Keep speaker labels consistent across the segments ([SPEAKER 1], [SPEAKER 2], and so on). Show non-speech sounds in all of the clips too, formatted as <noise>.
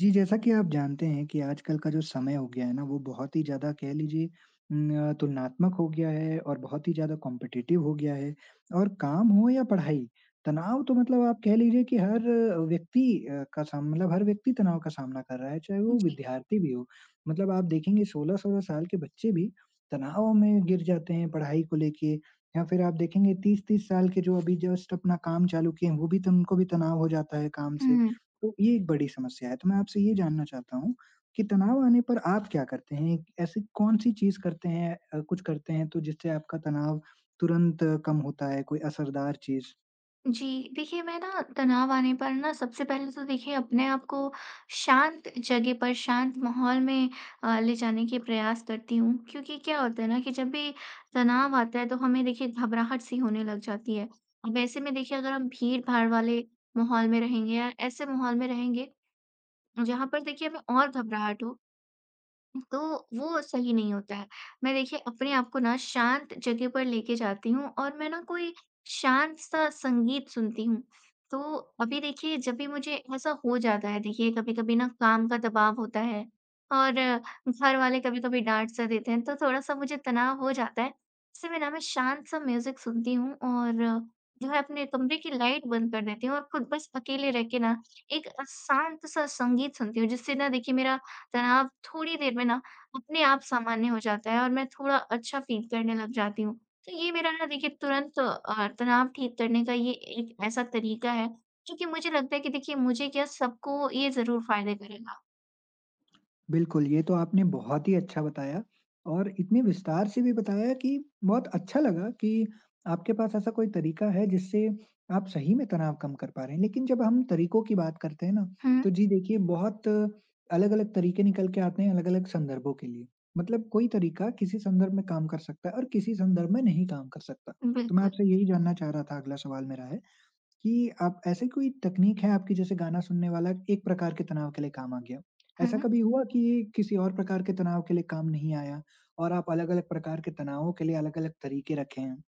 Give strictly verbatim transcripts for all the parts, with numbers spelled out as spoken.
[SPEAKER 1] जी, जैसा कि आप जानते हैं कि आजकल का जो समय हो गया है ना, वो बहुत ही ज़्यादा कह लीजिए न तुलनात्मक हो गया है और बहुत ही ज़्यादा कॉम्पिटिटिव हो गया है। और काम हो या पढ़ाई, तनाव तो मतलब आप कह लीजिए कि हर व्यक्ति अ, का साम मतलब हर व्यक्ति तनाव का सामना कर रहा है, चाहे वो
[SPEAKER 2] जी।
[SPEAKER 1] विद्यार्थी भी हो। मतलब आप देखेंगे सोलह सोलह साल के बच्चे भी तनाव में गिर जाते हैं पढ़ाई को लेके। या फिर आप देखेंगे तीस तीस साल के जो अभी जस्ट अपना काम चालू किए हैं, वो भी त उनको भी तनाव हो जाता है काम से।
[SPEAKER 2] हुँ।
[SPEAKER 1] तो ये एक बड़ी समस्या है, तो मैं आपसे ये जानना चाहता हूँ कि तनाव आने पर आप क्या करते हैं? ऐसी कौन-सी चीज़ करते हैं अ, कुछ करते हैं तो जिससे आपका तनाव तुरंत अ, कम होता है, कोई असरदार चीज़?
[SPEAKER 2] जी, देखिए मैं ना तनाव आने पर ना सबसे पहले तो देखिए अपने आप को शांत जगह पर, शांत माहौल में अ, ले जाने के प्रयास करती हूँ। क्योंकि क्या होता है ना कि जब भी तनाव आता है तो हमें देखिए घबराहट सी होने लग जाती है। अब ऐसे में देखिए अगर हम भीड़-भाड़ वाले माहौल में रहेंगे या ऐसे माहौल में रहेंगे जहाँ पर देखिए हमें और घबराहट हो तो वो सही नहीं होता है। मैं देखिए अपने आप को ना शांत जगह पर लेके जाती हूँ और मैं ना कोई शांत सा संगीत सुनती हूँ। तो अभी देखिए जब भी मुझे ऐसा हो जाता है देखिए कभी-कभी ना काम का दबाव होता है और घर वाले कभी-कभी डाँट सा देते हैं तो थोड़ा-सा मुझे तनाव हो जाता है। ऐसे में ना मैं शांत सा म्यूज़िक सुनती हूँ और जो है अपने कमरे की लाइट बंद कर देती हूँ और खुद बस अकेले रह के ना एक शांत सा संगीत सुनती हूँ जिससे ना देखिए मेरा तनाव थोड़ी देर में ना अपने आप सामान्य हो जाता है और मैं थोड़ा अच्छा फ़ील करने लग जाती हूँ। तो ये मेरा ना देखिए तुरंत अ, तनाव ठीक करने का ये एक ऐसा तरीका है, जो कि मुझे लगता है कि देखिए मुझे क्या सबको ये ज़रूर फ़ायदे करेगा।
[SPEAKER 1] बिल्कुल, ये तो आपने बहुत ही अच्छा बताया और इतने विस्तार से भी बताया कि बहुत अच्छा लगा कि आपके पास ऐसा कोई तरीका है जिससे आप सही में तनाव कम कर पा रहे हैं। लेकिन जब हम तरीकों की बात करते हैं ना,
[SPEAKER 2] हुँ,
[SPEAKER 1] तो जी देखिए बहुत अलग-अलग तरीके निकल के आते हैं अलग-अलग संदर्भों के लिए। मतलब कोई तरीका किसी संदर्भ में काम कर सकता है और किसी संदर्भ में नहीं काम कर सकता। तो मैं
[SPEAKER 2] बिल्कुल।
[SPEAKER 1] आपसे यही जानना चाह रहा था, अगला सवाल मेरा है कि आप ऐसे कोई तकनीक है आपकी जैसे गाना सुनने वाला एक प्रकार के तनाव के लिए काम आ गया।
[SPEAKER 2] हुँ,
[SPEAKER 1] ऐसा
[SPEAKER 2] हुँ।
[SPEAKER 1] कभी हुआ कि ये किसी और प्रकार के तनाव के लिए काम नहीं आया और आप अलग-अलग प्रकार के तनावों के लिए अलग-अलग तरीके रखे हैं?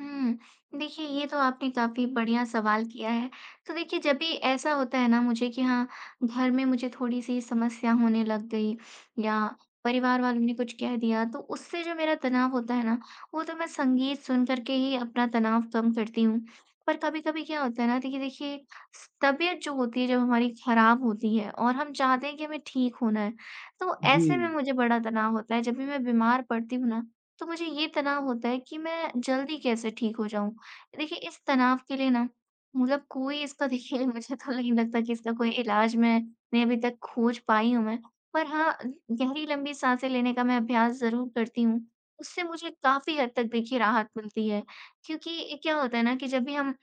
[SPEAKER 2] हुँ। देखिए, ये तो आपने काफ़ी बढ़िया सवाल किया है। तो देखिए, जब भी ऐसा होता है ना मुझे कि हाँ, घर में मुझे थोड़ी-सी समस्या होने लग गई या परिवार वालों ने कुछ कह दिया, तो उससे जो मेरा तनाव होता है ना, वो तो मैं संगीत सुन कर के ही अपना तनाव कम करती हूँ। पर कभी-कभी क्या होता है ना देखिए देखिए, स तबीयत जो होती है जब हमारी खराब होती है और हम चाहते हैं कि हमें ठीक होना है, तो
[SPEAKER 1] जी।
[SPEAKER 2] ऐसे में मुझे बड़ा तनाव होता है। जब भी मैं बीमार पड़ती हूँ ना, तो मुझे ये तनाव होता है कि मैं जल्दी कैसे ठीक हो जाऊँ। देखिए इस तनाव के लिए ना मतलब कोई इसका देखिए <laughs> मुझे तो नहीं लगता कि इसका कोई इलाज मैंने अभी तक खोज पाई हूँ मैं। पर हाँ, गहरी लंबी साँसें लेने का मैं अभ्यास ज़रूर करती हूँ। उससे मुझे काफ़ी हद तक देखिए राहत मिलती है। क्योंकि क्या होता है ना कि जब भी हम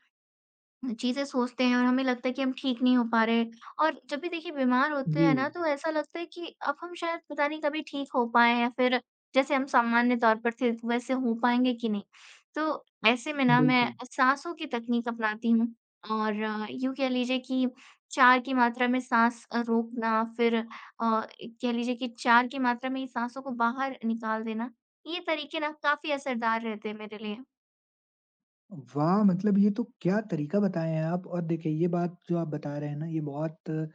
[SPEAKER 2] चीज़ें सोचते हैं और हमें लगता है कि हम ठीक नहीं हो पा रहे और जब भी देखिए बीमार होते
[SPEAKER 1] जी,
[SPEAKER 2] हैं ना तो ऐसा लगता है कि अब हम शायद पता नहीं कभी ठीक हो पाएँ या फिर जैसे हम सामान्य तौर पर थे तो वैसे हो पाएँगे कि नहीं। तो ऐसे में ना मैं
[SPEAKER 1] बिल्कुल।
[SPEAKER 2] साँसों की तकनीक अपनाती हूँ और यूँ कह लीजिए कि चार की मात्रा में साँस अ, रोकना फिर अ, कह लीजिए कि चार की मात्रा में ही साँसों को बाहर निकाल देना, ये तरीके ना काफ़ी असरदार रहते हैं मेरे लिए।
[SPEAKER 1] वाह! मतलब ये तो क्या तरीका बताए हैं आप, और देखिए ये बात जो आप बता रहे हैं ना, ये बहुत अ,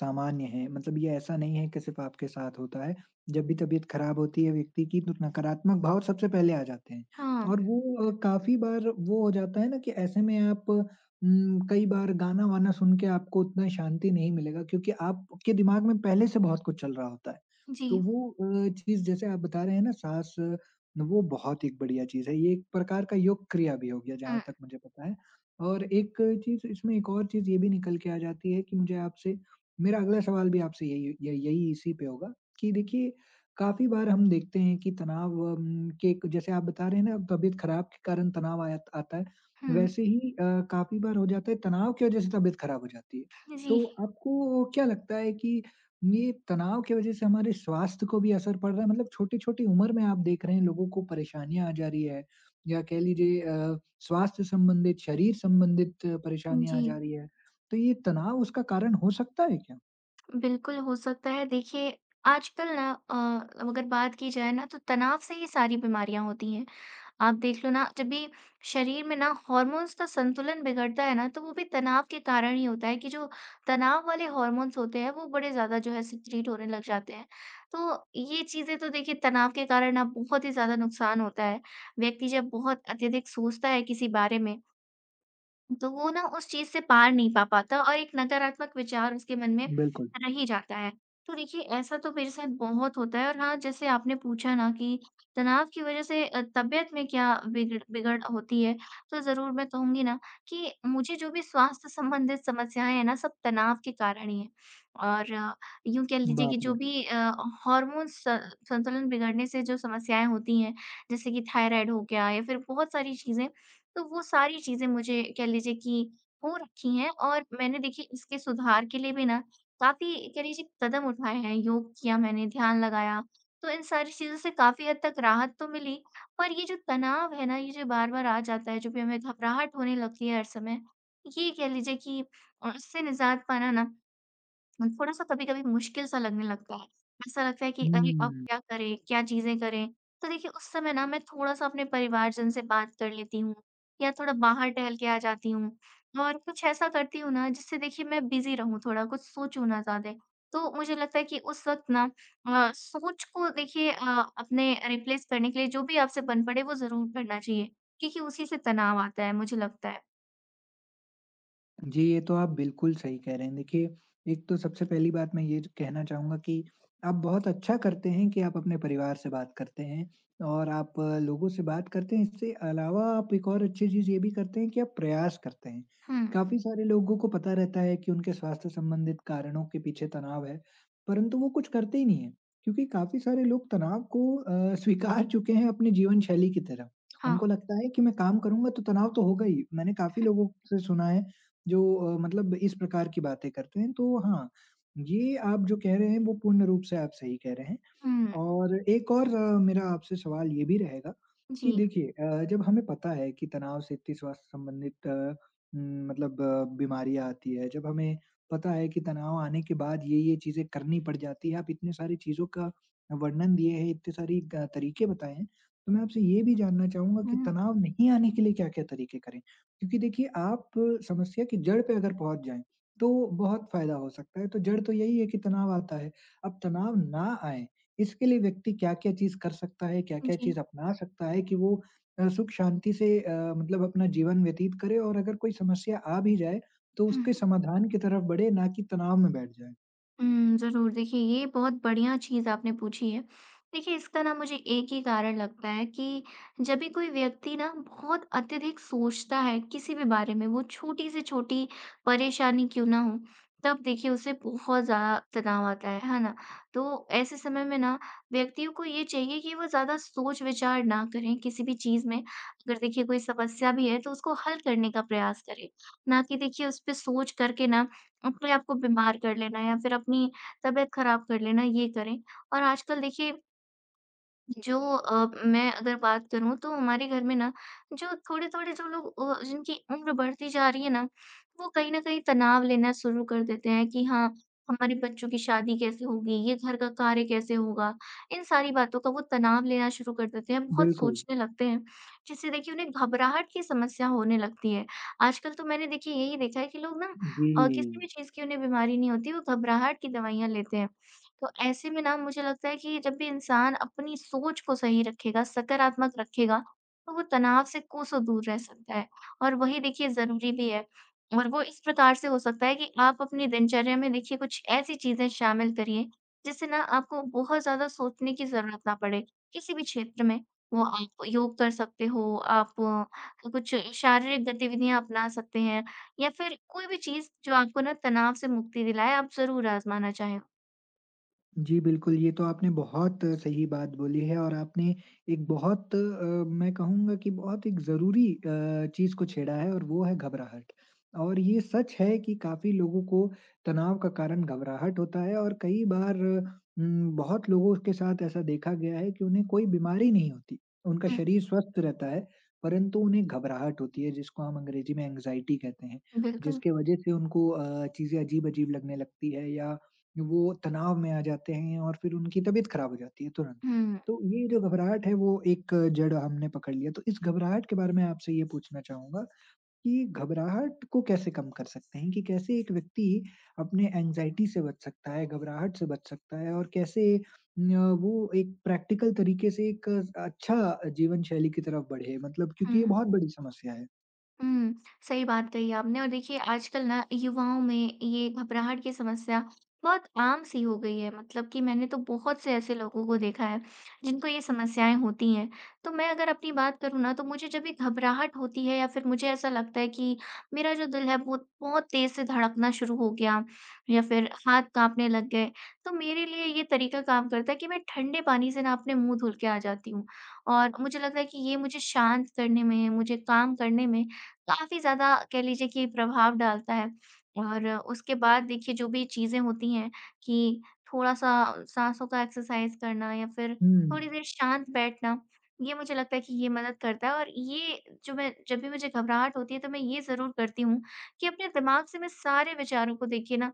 [SPEAKER 1] सामान्य है। मतलब ये ऐसा नहीं है कि सिर्फ़ आपके साथ होता है। जब भी तबीयत खराब होती है व्यक्ति की, तो नकारात्मक भाव सबसे पहले आ जाते हैं।
[SPEAKER 2] हाँ,
[SPEAKER 1] और वो अ, काफ़ी बार वो हो जाता है ना कि ऐसे में आप उम, कई बार गाना-वाना सुन के आपको उतना शांति नहीं मिलेगा क्योंकि आपके दिमाग में पहले से बहुत कुछ चल रहा होता है।
[SPEAKER 2] जी।
[SPEAKER 1] तो वो अ, चीज़ जैसे आप बता रहे हैं ना साँस न, वो बहुत एक बढ़िया चीज़ है, ये एक प्रकार का योग क्रिया भी हो गया जहाँ
[SPEAKER 2] हुँ,
[SPEAKER 1] तक मुझे पता है। और एक चीज़ इसमें एक और चीज़ ये भी निकल के आ जाती है कि मुझे आपसे मेरा अगला सवाल भी आपसे यही य यही इसी पे होगा कि देखिए काफ़ी बार हम देखते हैं कि तनाव उम, के जैसे आप बता रहे हैं ना तबीयत खराब के कारण तनाव आया आता है,
[SPEAKER 2] हुँ।
[SPEAKER 1] वैसे ही अ, काफ़ी बार हो जाता है तनाव की वजह से तबीयत खराब हो जाती है। तो
[SPEAKER 2] जी।
[SPEAKER 1] आपको क्या लगता है कि ये तनाव की वजह से हमारे स्वास्थ्य को भी असर पड़ रहा है, मतलब छोटी-छोटी उम्र में आप देख रहे हैं लोगों को परेशानियाँ आ जा रही है या कह लीजिए अ, स्वास्थ्य संबंधित, शरीर संबंधित परेशानियाँ आ
[SPEAKER 2] जी,
[SPEAKER 1] जा रही है। तो ये तनाव उसका कारण हो सकता है क्या?
[SPEAKER 2] बिल्कुल हो सकता है। देखिए, आजकल ना अ, अगर बात की जाए ना तो तनाव से ही सारी बीमारियाँ होती हैं। आप देख लो ना जब भी शरीर में ना हॉर्मोन्स का संतुलन बिगड़ता है ना तो वो भी तनाव के कारण ही होता है कि जो तनाव वाले हॉर्मोन्स होते हैं वो बड़े ज़्यादा जो है सिक्रीट होने लग जाते हैं। तो ये चीज़ें तो देखिए तनाव के कारण ना बहुत ही ज़्यादा नुकसान होता है। व्यक्ति जब बहुत अत्यधिक सोचता है किसी बारे में तो वो ना उस चीज़ से पार नहीं पा पाता और एक नकारात्मक विचार उसके मन में
[SPEAKER 1] बिल्कुल,
[SPEAKER 2] रह ही जाता है। तो देखिए ऐसा तो मेरे साथ बहुत होता है और हाँ, जैसे आपने पूछा ना कि तनाव की वज़ह से अ, तबीयत में क्या बिगड़ बिगड़ होती है, तो ज़रूर मैं कहूँगी ना कि मुझे जो भी स्वास्थ्य संबंधित समस्याएँ हैं ना, सब तनाव के कारण ही हैं। और यूँ कह लीजिए कि
[SPEAKER 1] बाप रे!
[SPEAKER 2] जो भी अ, हार्मोन्स स संतुलन बिगड़ने से जो समस्याएँ होती हैं, जैसे कि थायराइड हो गया या फिर बहुत सारी चीज़ें तो वो सारी चीज़ें मुझे कह लीजिए कि हो रखी हैं और मैंने देखिए इसके सुधार के लिए भी ना काफ़ी कह लीजिए कदम उठाए हैं। योग किया मैंने, ध्यान लगाया, तो इन सारी चीज़ों से काफ़ी हद तक राहत तो मिली, पर ये जो तनाव है ना, ये जो बार-बार आ जाता है, जो भी हमें घबराहट होने लगती है हर समय, ये कह लीजिए कि अ, इससे निजात पाना ना उम, थोड़ा-सा कभी-कभी मुश्किल सा लगने लगता है। ऐसा लगता है कि अरे! अब
[SPEAKER 1] हुँ।
[SPEAKER 2] क्या करें, क्या चीज़ें करें? तो देखिए उस समय ना मैं थोड़ा-सा अपने परिवारजन से बात कर लेती हूँ या थोड़ा बाहर टहल के आ जाती हूँ और कुछ ऐसा करती हूँ ना जिससे देखिए मैं बिज़ी रहूँ थोड़ा, कुछ सोचूँ ना ज़्यादा। तो मुझे लगता है कि उस वक़्त ना अ, सोच को देखिए अ, अपने रिप्लेस करने के लिए जो भी आपसे बन पड़े वो ज़रूर करना चाहिए क्योंकि उसी से तनाव आता है मुझे लगता है।
[SPEAKER 1] जी, ये तो आप बिल्कुल सही कह रहे हैं। देखिए, एक तो सबसे पहली बात मैं ये ज कहना चाहूँगा कि आप बहुत अच्छा करते हैं कि आप अपने परिवार से बात करते हैं और आप अ, लोगों से बात करते हैं। इससे अलावा आप एक और अच्छी चीज़ ये भी करते हैं कि आप प्रयास करते हैं।
[SPEAKER 2] हुँ,
[SPEAKER 1] काफ़ी सारे लोगों को पता रहता है कि उनके स्वास्थ्य संबंधित कारणों के पीछे तनाव है, परंतु वो कुछ करते ही नहीं हैं क्योंकि काफ़ी सारे लोग तनाव को अ, स्वीकार चुके हैं अपनी जीवन शैली की तरह।
[SPEAKER 2] हाँ।
[SPEAKER 1] उनको लगता है कि मैं काम करूँगा तो तनाव तो होगा ही। मैंने काफ़ी लोगों से सुना है जो अ, मतलब इस प्रकार की बातें करते हैं, तो हाँ, ये आप जो कह रहे हैं वो पूर्ण रूप से आप सही कह रहे हैं।
[SPEAKER 2] हुँ,
[SPEAKER 1] और एक और अ, मेरा आपसे सवाल ये भी रहेगा कि
[SPEAKER 2] जी।
[SPEAKER 1] देखिए अ, जब हमें पता है कि तनाव से इतनी स्वास्थ्य संबंधित अ, उम, मतलब अ, बीमारियाँ आती है, जब हमें पता है कि तनाव आने के बाद ये-ये चीज़ें करनी पड़ जाती है, आप इतनी सारी चीज़ों का वर्णन दिए हैं, इतने सारी ग तरीके बताए हैं, तो मैं आपसे ये भी जानना चाहूँगा
[SPEAKER 2] हुँ,
[SPEAKER 1] कि
[SPEAKER 2] हुँ।
[SPEAKER 1] तनाव नहीं आने के लिए क्या-क्या तरीके करें? क्योंकि देखिए आप समस्या की जड़ पे अगर पहुँच जाएँ, तो बहुत फ़ायदा हो सकता है। तो जड़ तो यही है कि तनाव आता है। अब तनाव ना आए, इसके लिए व्यक्ति क्या-क्या चीज़ कर सकता है, क्या-क्या
[SPEAKER 2] जी।
[SPEAKER 1] चीज़ अपना सकता है कि वो अ, सुख शांति से अ, मतलब अपना जीवन व्यतीत करे और अगर कोई समस्या आ भी जाए, तो उसके
[SPEAKER 2] हुँ।
[SPEAKER 1] समाधान की तरफ बढ़े, ना कि तनाव में बैठ जाए।
[SPEAKER 2] हुँ, ज़रूर। देखिए, ये बहुत बढ़िया चीज़ आपने पूछी है। देखिए, इसका ना मुझे एक ही कारण लगता है कि जब भी कोई व्यक्ति ना बहुत अत्यधिक सोचता है किसी भी बारे में, वो छोटी से छोटी परेशानी क्यों ना हो, तब देखिए उसे बहुत ज़्यादा तनाव आता है, है ना? तो ऐसे समय में ना व्यक्तियों को ये चाहिए कि वो ज़्यादा सोच-विचार ना करें किसी भी चीज़ में। अगर देखिए कोई समस्या भी है, तो उसको हल करने का प्रयास करें, ना कि देखिए उस पे सोच करके ना अपने आप को बीमार कर लेना या फिर अपनी तबीयत खराब कर लेना ये करें। और आजकल देखिए जो अ, मैं अगर बात करूँ तो हमारे घर में ना जो थोड़े-थोड़े जो लोग अ, जिनकी उम्र बढ़ती जा रही है ना, वो कहीं न कहीं तनाव लेना शुरू कर देते हैं कि हाँ, हमारे बच्चों की शादी कैसे होगी? ये घर का कार्य कैसे होगा? इन सारी बातों का वो तनाव लेना शुरू कर देते हैं, बहुत
[SPEAKER 1] बिल्कुल।
[SPEAKER 2] सोचने लगते हैं, जिससे देखिए उन्हें घबराहट की समस्या होने लगती है। आजकल तो मैंने देखिए यही देखा है कि लोग ना
[SPEAKER 1] जी।
[SPEAKER 2] अ, किसी भी चीज़ की उन्हें बीमारी नहीं होती, वो घबराहट की दवाइयाँ लेते हैं। तो ऐसे में ना मुझे लगता है कि जब भी इंसान अपनी सोच को सही रखेगा, सकारात्मक रखेगा, तो वो तनाव से कोसों दूर रह सकता है और वही देखिए ज़रूरी भी है। और वो इस प्रकार से हो सकता है कि आप अपनी दिनचर्या में देखिए कुछ ऐसी चीज़ें शामिल करिए, जिससे ना आपको बहुत ज़्यादा सोचने की ज़रूरत ना पड़े, किसी भी क्षेत्र में। वो आप योग कर सकते हो, आप अ, कुछ शारीरिक गतिविधियाँ अपना सकते हैं या फिर कोई भी चीज़ जो आपको ना तनाव से मुक्ति दिलाए, आप ज़रूर आज़माना चाहें।
[SPEAKER 1] जी, बिल्कुल, ये तो आपने बहुत अ, सही बात बोली है और आपने एक बहुत अ, मैं कहूँगा कि बहुत एक ज़रूरी अ, चीज़ को छेड़ा है और वो है घबराहट। और ये सच है कि काफ़ी लोगों को तनाव का कारण घबराहट होता है और कई बार उम, बहुत लोगों के साथ ऐसा देखा गया है कि उन्हें कोई बीमारी नहीं होती, उनका शरीर स्वस्थ रहता है, परंतु उन्हें घबराहट होती है जिसको हम अंग्रेजी में एंग्ज़ायटी कहते हैं,
[SPEAKER 2] बिल्कुल।
[SPEAKER 1] जिसके वजह से उनको अ, चीज़ें अजीब-अजीब लगने लगती है या वो तनाव में आ जाते हैं और फिर उनकी तबीयत खराब हो जाती है तुरंत।
[SPEAKER 2] हुँ,
[SPEAKER 1] तो ये जो घबराहट है वो एक जड़ हमने पकड़ लिया। तो इस घबराहट के बारे में आपसे ये पूछना चाहूँगा कि घबराहट को कैसे कम कर सकते हैं? कि कैसे एक व्यक्ति अपने एंग्ज़ायटी से बच सकता है, घबराहट से बच सकता है और कैसे न वो एक प्रैक्टिकल तरीके से एक अच्छा जीवन शैली की तरफ बढ़े? मतलब क्योंकि ये
[SPEAKER 2] हुँ।
[SPEAKER 1] बहुत बड़ी समस्या है।
[SPEAKER 2] हुँ, सही बात कही आपने और देखिए आजकल ना युवाओं में ये घबराहट की समस्या बहुत आम-सी हो गई है। मतलब कि मैंने तो बहुत से ऐसे लोगों को देखा है, जिनको ये समस्याएँ होती हैं। तो मैं अगर अपनी बात करूँ ना तो मुझे जब भी घबराहट होती है या फिर मुझे ऐसा लगता है कि मेरा जो दिल है वो बहुत तेज़ से धड़कना शुरू हो गया या फिर हाथ काँपने लग गए, तो मेरे लिए ये तरीका काम करता है कि मैं ठंडे पानी से ना अपने मुँह धुल के आ जाती हूँ। और मुझे लगता है कि ये मुझे शांत करने में, मुझे काम करने में काफ़ी ज़्यादा कह लीजिए कि प्रभाव डालता है। और उसके बाद देखिए जो भी चीज़ें होती हैं कि थोड़ा-सा साँसों का एक्सरसाइज़ करना या फिर
[SPEAKER 1] हुँ।
[SPEAKER 2] थोड़ी देर शांत बैठना, ये मुझे लगता है कि ये मदद करता है और ये जो मैं जब भी मुझे घबराहट होती है तो मैं ये ज़रूर करती हूँ कि अपने दिमाग से मैं सारे विचारों को देखिए ना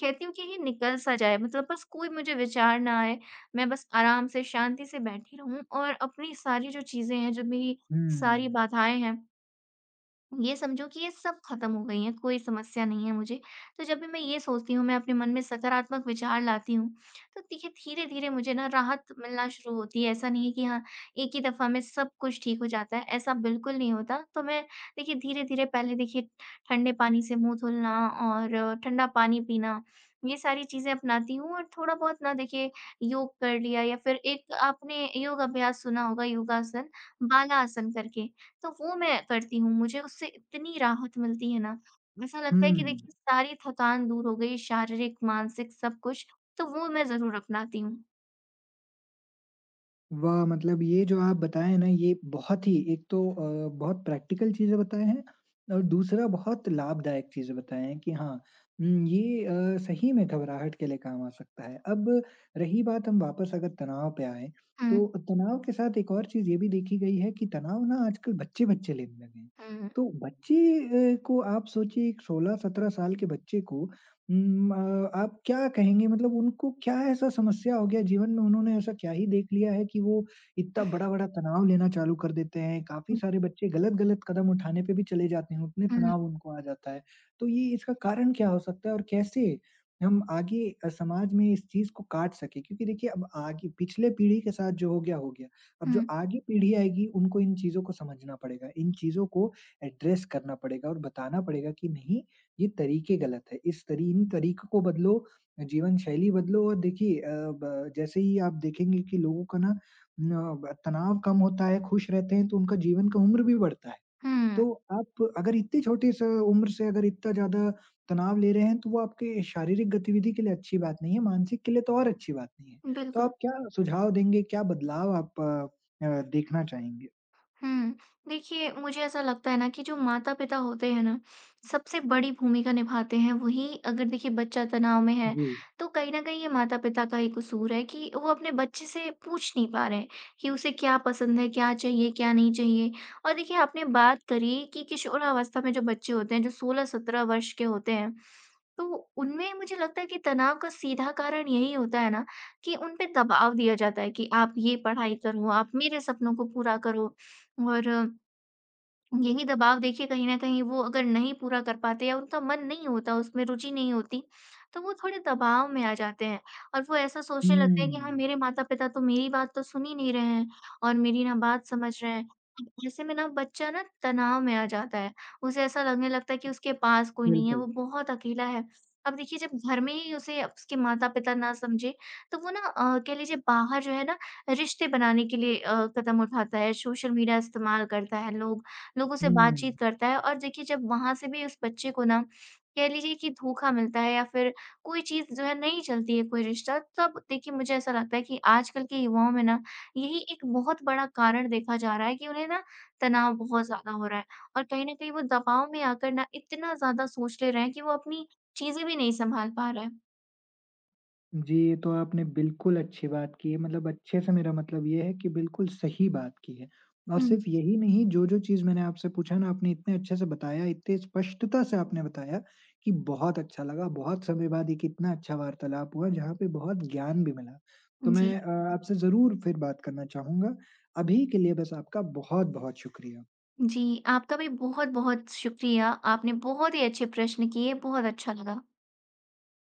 [SPEAKER 2] कहती हूँ कि ये निकल सा जाए मतलब बस कोई मुझे विचार ना आए। मैं बस आराम से शांति से बैठी रहूँ और अपनी सारी जो चीज़ें हैं, जो मेरी
[SPEAKER 1] हुँ।
[SPEAKER 2] सारी बाधाएँ हैं ये समझो कि ये सब खत्म हो गई है, कोई समस्या नहीं है मुझे। तो जब भी मैं ये सोचती हूँ, मैं अपने मन में सकारात्मक विचार लाती हूँ, तो देखिए धीरे-धीरे मुझे ना राहत मिलना शुरू होती है। ऐसा नहीं है कि हाँ, एक ही दफ़ा में सब कुछ ठीक हो जाता है, ऐसा बिल्कुल नहीं होता। तो मैं देखिए धीरे-धीरे पहले देखिए ठंडे पानी से मुँह धुलना और अ, ठंडा पानी पीना, ये सारी चीज़ें अपनाती हूँ और थोड़ा बहुत ना देखिए योग कर लिया या फिर एक आपने योग अभ्यास सुना होगा योगासन, बालासन करके। तो वो मैं करती हूँ, मुझे उससे इतनी राहत मिलती है ना, ऐसा
[SPEAKER 1] हुँ।
[SPEAKER 2] लगता है कि देखिए सारी थकान दूर हो गई, शारीरिक, मानसिक सब कुछ, तो वो मैं ज़रूर अपनाती हूँ।
[SPEAKER 1] वाह! मतलब ये जो आप बताए हैं ना, ये बहुत ही एक तो अ, बहुत प्रैक्टिकल चीज़ें बताए हैं और दूसरा बहुत लाभदायक चीज़ें बताए हैं कि हाँ, उम, ये अ, सही में घबराहट के लिए काम आ सकता है। अब रही बात हम वापस अगर तनाव पे आएँ,
[SPEAKER 2] हुँ।
[SPEAKER 1] तो तनाव के साथ एक और चीज़ ये भी देखी गई है कि तनाव ना आजकल बच्चे-बच्चे लेने लगे हैं।
[SPEAKER 2] हुँ।
[SPEAKER 1] तो बच्चे अ, को आप सोचिए एक सोलह सत्रह साल के बच्चे को उम, अ, आप क्या कहेंगे मतलब उनको क्या ऐसा समस्या हो गया जीवन में, उन्होंने ऐसा क्या ही देख लिया है कि वो इतना बड़ा-बड़ा तनाव लेना चालू कर देते हैं? काफ़ी सारे बच्चे गलत-गलत कदम उठाने पे भी चले जाते हैं, उतने तनाव
[SPEAKER 2] हुँ,
[SPEAKER 1] उनको आ जाता है। तो ये इसका कारण क्या हो सकता है और कैसे हम आगे अ, समाज में इस चीज़ को काट सकें? क्योंकि देखिए अब आगे पिछले पीढ़ी के साथ जो हो गया, हो गया। अब जो
[SPEAKER 2] हुँ,
[SPEAKER 1] आगे पीढ़ी आएगी उनको इन चीज़ों को समझना पड़ेगा, इन चीज़ों को एड्रेस करना पड़ेगा और बताना पड़ेगा कि नहीं ये तरीके गलत है। इस तरी इन तरीकों को बदलो, जीवनशैली बदलो और देखिए अ, ब जैसे ही आप देखेंगे कि लोगों का ना न ब- तनाव कम होता है, खुश रहते हैं, तो उनका जीवन का उम्र भी बढ़ता है। तो
[SPEAKER 2] हुँ,
[SPEAKER 1] आप अगर इतनी छोटी स उम्र से अगर इतना ज़्यादा तनाव ले रहे हैं, तो वो आपके शारीरिक गतिविधि के लिए अच्छी बात नहीं है, मानसिक के लिए तो और अच्छी बात नहीं है।
[SPEAKER 2] हुँ,
[SPEAKER 1] तो
[SPEAKER 2] बिल्कुल।
[SPEAKER 1] आप क्या सुझाव देंगे? क्या बदलाव आप अ, अ, देखना चाहेंगे?
[SPEAKER 2] हुँ। देखिए, मुझे ऐसा लगता है ना कि जो माता-पिता होते हैं ना, सबसे बड़ी भूमिका निभाते हैं। वहीं अगर देखिए बच्चा तनाव में है,
[SPEAKER 1] जी।
[SPEAKER 2] तो कहीं न कहीं ये माता-पिता का ही कसूर है कि वो अपने बच्चे से पूछ नहीं पा रहे हैं कि उसे क्या पसंद है, क्या चाहिए, क्या नहीं चाहिए। और देखिए, आपने बात करी कि किशोरावस्था में जो बच्चे होते हैं, जो सोलह सत्रह वर्ष के होते हैं, तो उनमें मुझे लगता है कि तनाव का सीधा कारण यही होता है ना कि उन पे दबाव दिया जाता है कि, "आप ये पढ़ाई करो, आप मेरे सपनों को पूरा करो।" और अ, यही दबाव देखिए कहीं न कहीं वो अगर नहीं पूरा कर पाते या उनका मन नहीं होता, उसमें रुचि नहीं होती, तो वो थोड़े दबाव में आ जाते हैं और वो ऐसा सोचने लगते हैं कि हाँ,
[SPEAKER 1] हुँ,
[SPEAKER 2] मेरे माता-पिता तो मेरी बात तो सुन ही नहीं रहे हैं और मेरी ना बात समझ रहे हैं। अब ऐसे में ना बच्चा ना तनाव में आ जाता है, उसे ऐसा लगने लगता है कि उसके पास कोई नहीं है,
[SPEAKER 1] बिल्कुल।
[SPEAKER 2] वो बहुत अकेला है। अब देखिए जब घर में ही उसे उसके माता-पिता ना समझे, तो वो ना अ, कह लीजिए बाहर जो है ना रिश्ते बनाने के लिए अ, कदम उठाता है, सोशल मीडिया इस्तेमाल करता है, लोग लोगों से
[SPEAKER 1] हुँ।
[SPEAKER 2] बातचीत करता है और देखिए जब वहाँ से भी उस बच्चे को ना कह लीजिए कि धोखा मिलता है या फिर कोई चीज़ जो है नहीं चलती है कोई रिश्ता तब देखिए मुझे ऐसा लगता है कि आजकल के युवाओं में ना यही एक बहुत बड़ा कारण देखा जा रहा है कि उन्हें ना तनाव बहुत ज़्यादा हो रहा है और कहीं न कहीं वो दबाव में आकर ना इतना ज़्यादा सोच ले रहे हैं कि वो अपनी चीज़ें भी नहीं संभाल पा रहे हैं।
[SPEAKER 1] जी, ये तो आपने बिल्कुल अच्छी बात की है, मतलब अच्छे से मेरा मतलब ये है कि बिल्कुल सही बात की है। और
[SPEAKER 2] हुँ,
[SPEAKER 1] सिर्फ़ यही नहीं, जो-जो चीज़ मैंने आपसे पूछा ना, आपने इतने अच्छे से बताया, इतने स्पष्टता से आपने बताया कि बहुत अच्छा लगा। बहुत समय बाद एक इतना अच्छा वार्तालाप हुआ, जहाँ पे बहुत ज्ञान भी मिला। तो
[SPEAKER 2] जी।
[SPEAKER 1] मैं अ, आपसे ज़रूर फिर बात करना चाहूँगा। अभी के लिए बस आपका बहुत-बहुत शुक्रिया।
[SPEAKER 2] जी, आपका भी बहुत-बहुत शुक्रिया। आपने बहुत ही अच्छे प्रश्न किए, बहुत अच्छा लगा।